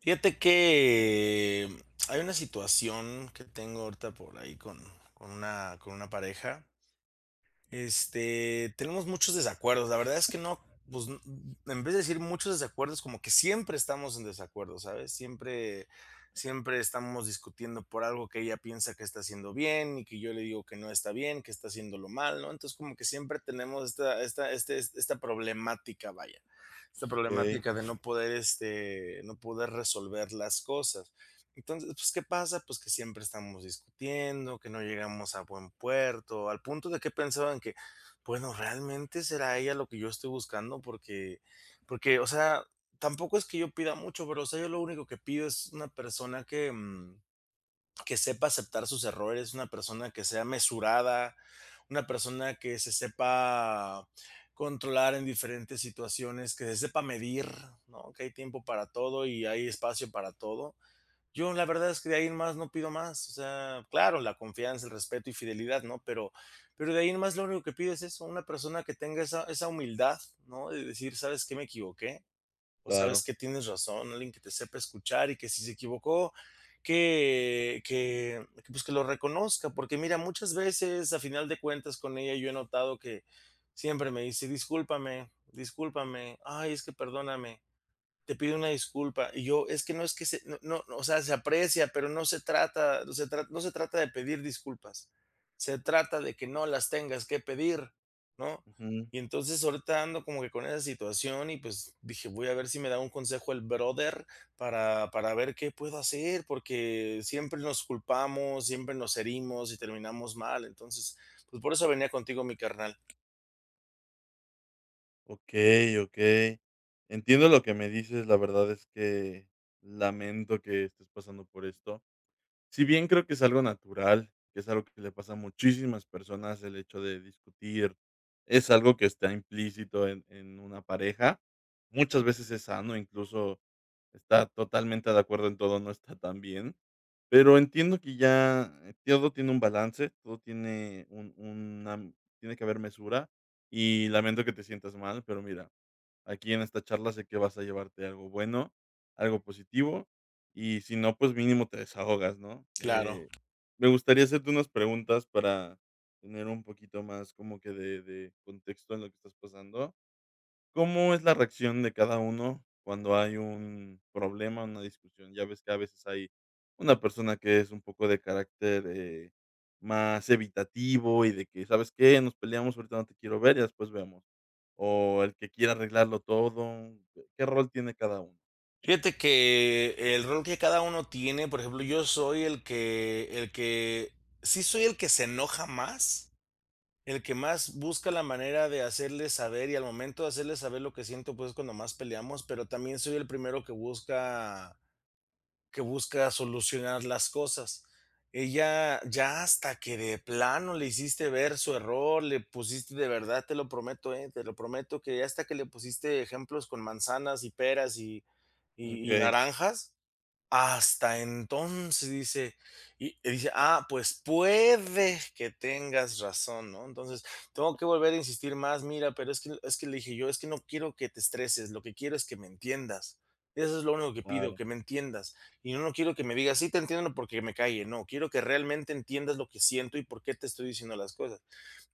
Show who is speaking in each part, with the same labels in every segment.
Speaker 1: Fíjate que hay una situación que tengo ahorita por ahí con una pareja este, tenemos muchos desacuerdos. La verdad es que no, pues, n- en vez de decir muchos desacuerdos, como que siempre estamos en desacuerdo, ¿sabes? Siempre, siempre estamos discutiendo por algo que ella piensa que está haciendo bien y que yo le digo que no está bien, que está haciéndolo mal, ¿no? Entonces, como que siempre tenemos esta problemática, vaya, esta
Speaker 2: Okey,
Speaker 1: problemática de no poder, este, no poder resolver las cosas. Entonces, pues, ¿qué pasa? Pues, que siempre estamos discutiendo, que no llegamos a buen puerto, al punto de que pensaban que, bueno, ¿realmente será ella lo que yo estoy buscando? Porque, o sea, tampoco es que yo pida mucho, pero, o sea, yo lo único que pido es una persona que, que sepa aceptar sus errores, una persona que sea mesurada, una persona que se sepa controlar en diferentes situaciones, que se sepa medir, ¿no? Que hay tiempo para todo y hay espacio para todo. Yo la verdad es que de ahí en más no pido más, o sea, claro, la confianza, el respeto y fidelidad, ¿no? Pero de ahí en más lo único que pido es eso, una persona que tenga esa humildad, ¿no? De decir: "¿Sabes qué? Me equivoqué", o "¿Sabes
Speaker 2: claro.
Speaker 1: que Tienes razón", alguien que te sepa escuchar y que si se equivocó, que, pues, que lo reconozca, porque mira, muchas veces, a final de cuentas, con ella yo he notado que siempre me dice: "Discúlpame, discúlpame, ay, es que perdóname" te pide una disculpa. Y yo, es que no es que se, no, no, no, o sea, se aprecia, pero no se trata de pedir disculpas. Se trata de que no las tengas que pedir, ¿no?
Speaker 2: Ujú.
Speaker 1: Y entonces ahorita ando como que con esa situación y pues dije, voy a ver si me da un consejo el brother para ver qué puedo hacer, porque siempre nos culpamos, siempre nos herimos y terminamos mal. Entonces, pues por eso venía contigo, mi carnal.
Speaker 2: Okey, okey. Entiendo lo que me dices, la verdad es que lamento que estés pasando por esto. Si bien creo que es algo natural, que es algo que le pasa a muchísimas personas, el hecho de discutir, es algo que está implícito en una pareja, muchas veces es sano, incluso está totalmente de acuerdo en todo no está tan bien, pero entiendo que ya todo tiene un balance, todo tiene un una tiene que haber mesura y lamento que te sientas mal, pero mira, aquí en esta charla sé que vas a llevarte algo bueno, algo positivo y si no, pues mínimo te desahogas, ¿no?
Speaker 1: Claro.
Speaker 2: Me gustaría hacerte unas preguntas para tener un poquito más como que de contexto en lo que estás pasando. ¿Cómo es la reacción de cada uno cuando hay un problema, una discusión? Ya ves que a veces hay una persona que es un poco de carácter más evitativo y de que, ¿sabes qué? Nos peleamos, ahorita no te quiero ver y después vemos. O el que quiere arreglarlo todo. ¿Qué rol tiene cada uno?
Speaker 1: Fíjate que el rol que cada uno tiene, por ejemplo, yo soy el que sí soy el que se enoja más, el que más busca la manera de hacerle saber, y al momento de hacerle saber lo que siento, pues, es cuando más peleamos, pero también soy el primero que busca solucionar las cosas. Ella ya hasta que de plano le hiciste ver su error, le pusiste de verdad, te lo prometo que ya hasta que le pusiste ejemplos con manzanas y peras y
Speaker 2: Ok,
Speaker 1: naranjas hasta entonces dice, y dice: "Ah, pues puede que tengas razón", ¿no? Entonces, tengo que volver a insistir más: "Mira, pero es que", le dije yo: "Es que no quiero que te estreses, lo que quiero es que me entiendas. Eso es lo único que pido,
Speaker 2: claro,
Speaker 1: que me entiendas. Y no quiero que me digas: 'Sí, te entiendo', porque me calle. No, quiero que realmente entiendas lo que siento y por qué te estoy diciendo las cosas".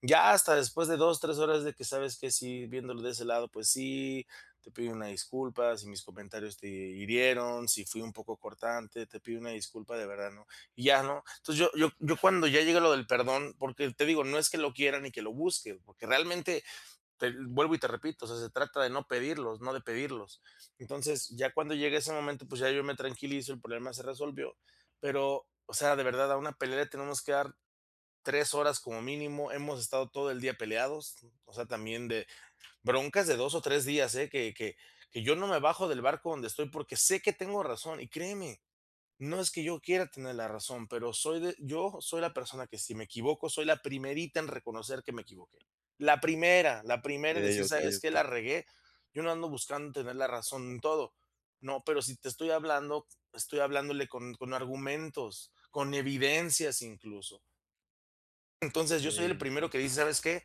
Speaker 1: Ya hasta después de 2 3 horas de que sabes que sí, viéndolo de ese lado, pues sí, te pido una disculpa si mis comentarios te hirieron, si fui un poco cortante, te pido una disculpa de verdad, ¿no? Y ya, ¿no? Entonces yo cuando ya llega lo del perdón, porque te digo, no es que lo quiera ni que lo busque, porque realmente te vuelvo y te repito, o sea, se trata de no pedirlos, no de pedirlos. Entonces, ya cuando llega ese momento, pues ya yo me tranquilizo, el problema se resolvió, pero, o sea, de verdad, a una pelea le tenemos que dar 3 horas como mínimo, hemos estado todo el día peleados, o sea, también de broncas de 2 o 3 días, ¿eh? Que yo no me bajo del barco donde estoy porque sé que tengo razón, y créeme, no es que yo quiera tener la razón, pero soy de yo soy la persona que si me equivoco, soy la primerita en reconocer que me equivoqué. La primera en
Speaker 2: ok,
Speaker 1: decir:
Speaker 2: ok,
Speaker 1: "¿Sabes qué?
Speaker 2: ok.
Speaker 1: La regué". Yo no ando buscando tener la razón en todo. No, pero si te estoy hablando, estoy hablándole con argumentos, con evidencias incluso. Entonces, yo soy
Speaker 2: Okay,
Speaker 1: el primero
Speaker 2: enti
Speaker 1: que dice, ¿sabes qué?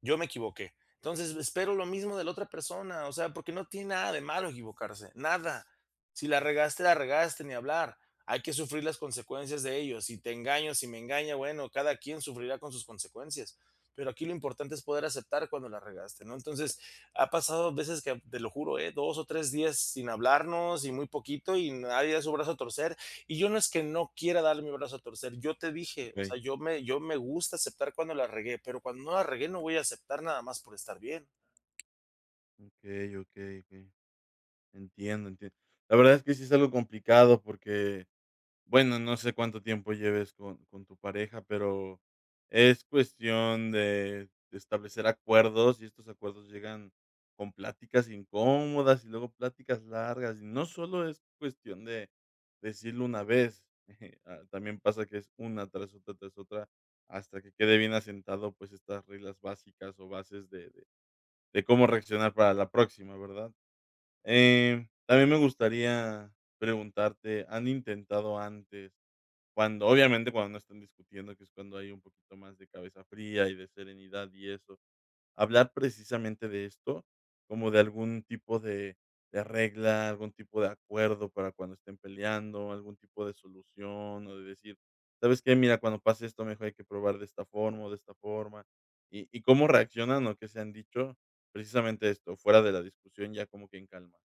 Speaker 1: Yo me equivoqué. Entonces, espero lo mismo de la otra persona, o sea, porque no tiene nada de malo equivocarse, nada. Si la regaste, la regaste, ni hablar. Hay que sufrir las consecuencias de ello. Si te engaño, si me engaña, bueno, cada quien sufrirá con sus consecuencias. Pero aquí lo importante es poder aceptar cuando la regaste, ¿no? Entonces, ha pasado veces que, te lo juro, ¿eh? 2 o 3 días sin hablarnos y muy poquito y nadie da su brazo a torcer y yo no es que no quiera darle mi brazo a torcer, yo te dije, o
Speaker 2: okay,
Speaker 1: sea, yo me gusta aceptar cuando la regué, pero cuando no la regué no voy a aceptar nada más por estar bien.
Speaker 2: okey, okey, okey. Entiendo, entien La verdad es que sí es algo complicado porque, bueno, no sé cuánto tiempo lleves con tu pareja, pero es cuestión de establecer acuerdos, y estos acuerdos llegan con pláticas incómodas, y luego pláticas largas, y no solo es cuestión de decirlo una vez, ah, también pasa que es una tras otra, hasta que quede bien asentado, pues, estas reglas básicas o bases de cómo reaccionar para la próxima, ¿verdad? También me gustaría preguntarte, ¿han intentado antes, cuando obviamente cuando no están discutiendo, que es cuando hay un poquito más de cabeza fría y de serenidad y eso, hablar precisamente de esto, como de algún tipo de regla, algún tipo de acuerdo para cuando estén peleando, algún tipo de solución, o de decir: "¿Sabes qué? Mira, cuando pase esto, mejor hay que probar de esta forma o de esta forma", y cómo reaccionan o qué se han dicho, precisamente esto, fuera de la discusión, ya como que en calma.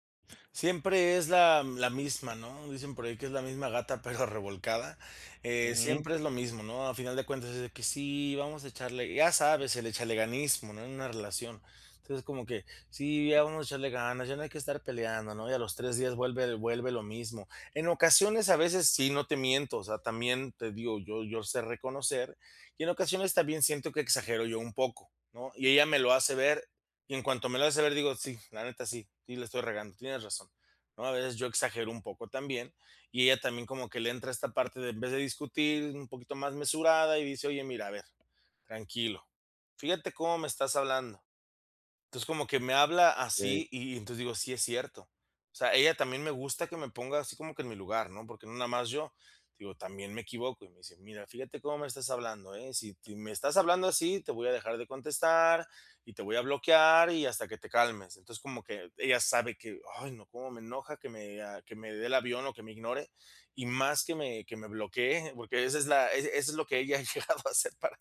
Speaker 1: Siempre es la misma, ¿no? Dicen por ahí que es la misma gata, pero revolcada.
Speaker 2: Ujú,
Speaker 1: Siempre es lo mismo, ¿no? A final de cuentas es de que sí, vamos a echarle, ya sabes, el echaleganismo, ¿no? En una relación. Entonces, como que sí, ya vamos a echarle ganas, ya no hay que estar peleando, ¿no? Y a los 3 días vuelve lo mismo. En ocasiones, a veces sí, no te miento, o sea, también te digo, yo sé reconocer, y en ocasiones también siento que exagero yo un poco, ¿no? Y ella me lo hace ver y en cuanto me lo hace ver, digo, sí, la neta sí, sí le estoy regando, tienes razón. ¿No? A veces yo exagero un poco también y ella también como que le entra esta parte de en vez de discutir, un poquito más mesurada y dice, oye, mira, a ver, tranquilo, fíjate cómo me estás hablando. Entonces, como que me habla
Speaker 2: okey,
Speaker 1: así, y entonces digo: "Sí, es cierto". O sea, ella también me gusta que me ponga así como que en mi lugar, ¿no? Porque no nada más yo, digo, también me equivoco. Y me dice: "Mira, fíjate cómo me estás hablando, ¿eh? Si ti me estás hablando así, te voy a dejar de contestar y te voy a bloquear y hasta que te calmes". Entonces, como que ella sabe que, ay, no, cómo me enoja que me dé el avión o que me ignore, y más que me bloquee, porque esa es la, eso es lo que ella ha llegado a hacer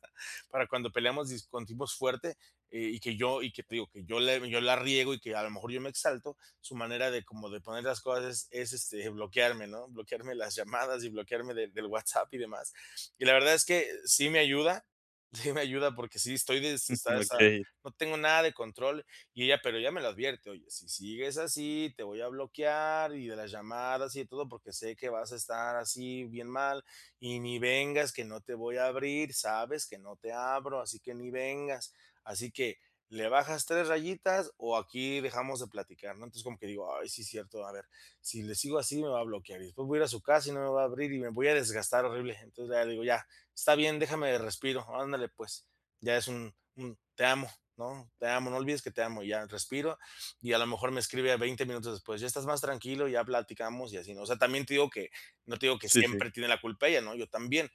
Speaker 1: para cuando peleamos, discutimos fuerte, y que yo, y que te digo, que yo, le, yo la riego y que a lo mejor yo me exalto, su manera de como de poner las cosas este, bloquearme, ¿no? Bloquearme las llamadas y bloquearme de- del WhatsApp y demás. Y la verdad es que sí me ayuda, sí me ayuda porque sí estoy, des- está, está-
Speaker 2: okey,
Speaker 1: no tengo nada de control y ella, pero ella me lo advierte, oye, si sigues así, te voy a bloquear y de las llamadas y de todo porque sé que vas a estar así bien mal y ni vengas, que no te voy a abrir, sabes que no te abro, así que ni vengas Así que, ¿le bajas 3 rayitas o aquí dejamos de platicar?", ¿no? Entonces, como que digo: "Ay, sí, es cierto, a ver, si le sigo así me va a bloquear, y después voy a ir a su casa y no me va a abrir y me voy a desgastar horrible". Entonces, ya le digo: "Ya, está bien, déjame de respiro, ándale, pues". Ya es un "te amo", ¿no? "Te amo, no olvides que te amo", y ya respiro, y a lo mejor me escribe 20 minutos después: "Ya estás más tranquilo, ya platicamos", y así, ¿no? O sea, también te digo que no te digo que
Speaker 2: sí, sí,
Speaker 1: siempre tiene la culpa ella, ¿no? Yo también,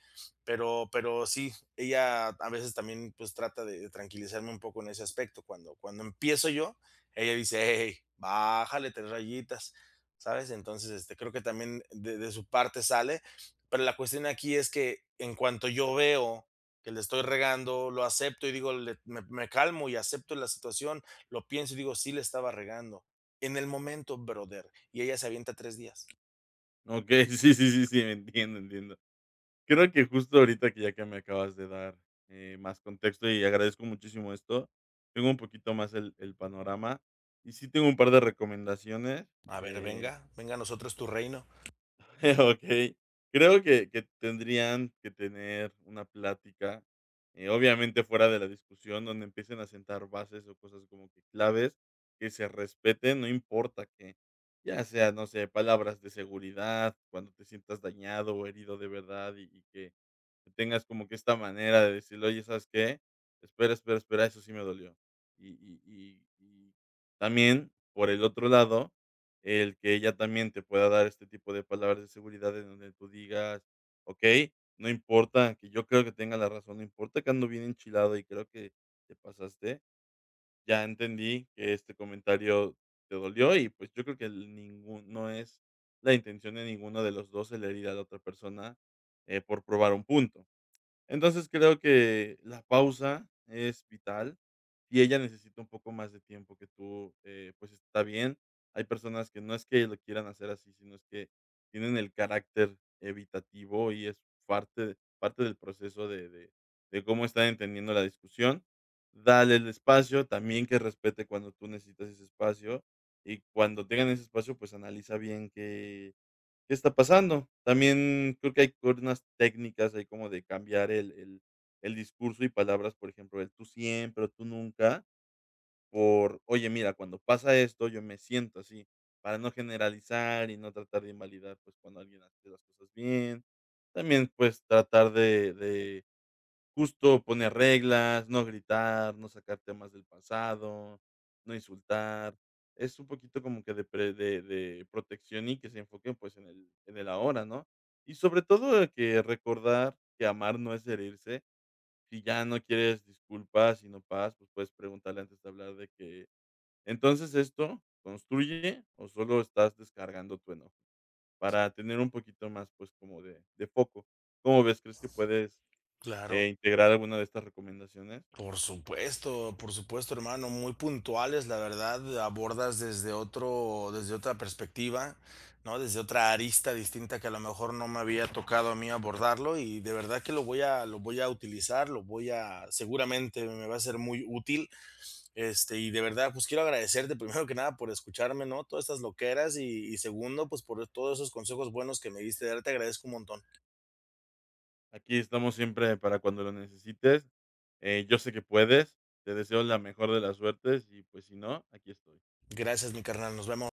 Speaker 1: pero sí ella a veces también pues trata de tranquilizarme un poco en ese aspecto. Cuando empiezo yo, ella dice, hey, bájale 3 rayitas, ¿sabes? Entonces, este, creo que también de su parte sale, pero la cuestión aquí es que en cuanto yo veo que le estoy regando, lo acepto y digo, me calmo y acepto la situación, lo pienso y digo, sí le estaba regando. En el momento, brother, y ella se avienta 3 días.
Speaker 2: okey, sí, sí, sí, sí, entiendo, entiendo. Creo que justo ahorita que ya que me acabas de dar, más contexto y agradezco muchísimo esto, tengo un poquito más el panorama y sí tengo un par de recomendaciones,
Speaker 1: A ver,
Speaker 2: eh
Speaker 1: venga, venga a nosotros tu reino.
Speaker 2: Okey. Creo que tendrían que tener una plática, obviamente fuera de la discusión, donde empiecen a sentar bases o cosas como que claves que se respeten, no importa que, ya sea, no sé, palabras de seguridad, cuando te sientas dañado o herido de verdad y que tengas como que esta manera de decirle: "Oye, ¿sabes qué? Espera, espera, espera, eso sí me dolió". Y también, por el otro lado el que ella también te pueda dar este tipo de palabras de seguridad en donde tú digas: "Okey, no importa que yo creo que tenga la razón, no importa que ando bien enchilado y creo que te pasaste, ya entendí que este comentario te dolió y, pues, yo creo que el ningún no es la intención de ninguno de los 2 el herir a la otra persona, por probar un punto". Entonces, creo que la pausa es vital, y ella necesita un poco más de tiempo que tú, pues, está bien. Hay personas que no es que lo quieran hacer así, sino es que tienen el carácter evitativo y es parte del proceso de cómo están entendiendo la discusión. Dale el espacio, también que respete cuando tú necesitas ese espacio, y cuando tengan ese espacio, pues, analiza bien qué qué está pasando. También creo que hay co- unas técnicas ahí como de cambiar el discurso y palabras, por ejemplo, el tú siempre o tú nunca por: "Oye, mira, cuando pasa esto, yo me siento así", para no generalizar y no tratar de invalidar, pues, cuando alguien hace las cosas bien. También, pues, tratar de Justo poner reglas, no gritar, no sacar temas del pasado, no insultar. Es un poquito como que de pre de protección y que se enfoquen, pues, en el ahora, ¿no? Y sobre todo que recordar que amar no es herirse. Si ya no quieres disculpas, y no paz, pues, puedes preguntarle antes de hablar de que: "Entonces, ¿esto construye o solo estás descargando tu enojo?". Para tener un poquito más, pues, como de foco. ¿Cómo ves? ¿Crees que puedes
Speaker 1: Claro.
Speaker 2: integrar alguna de estas recomendaciones?
Speaker 1: Por supuesto, hermano, muy puntuales, la verdad, abordas desde otro, desde otra perspectiva, ¿no? Desde otra arista distinta que a lo mejor no me había tocado a mí abordarlo y de verdad que lo voy a utilizar, lo voy a, seguramente me va a ser muy útil. Este, y de verdad, pues quiero agradecerte primero que nada por escucharme, ¿no? Todas estas loqueras y segundo, pues por todos esos consejos buenos que me diste, de verdad te agradezco un montón.
Speaker 2: Aquí estamos siempre para cuando lo necesites. Yo sé que puedes. Te deseo la mejor de las suertes y, pues, si no, aquí estoy.
Speaker 1: Gracias, mi carnal, nos vemos.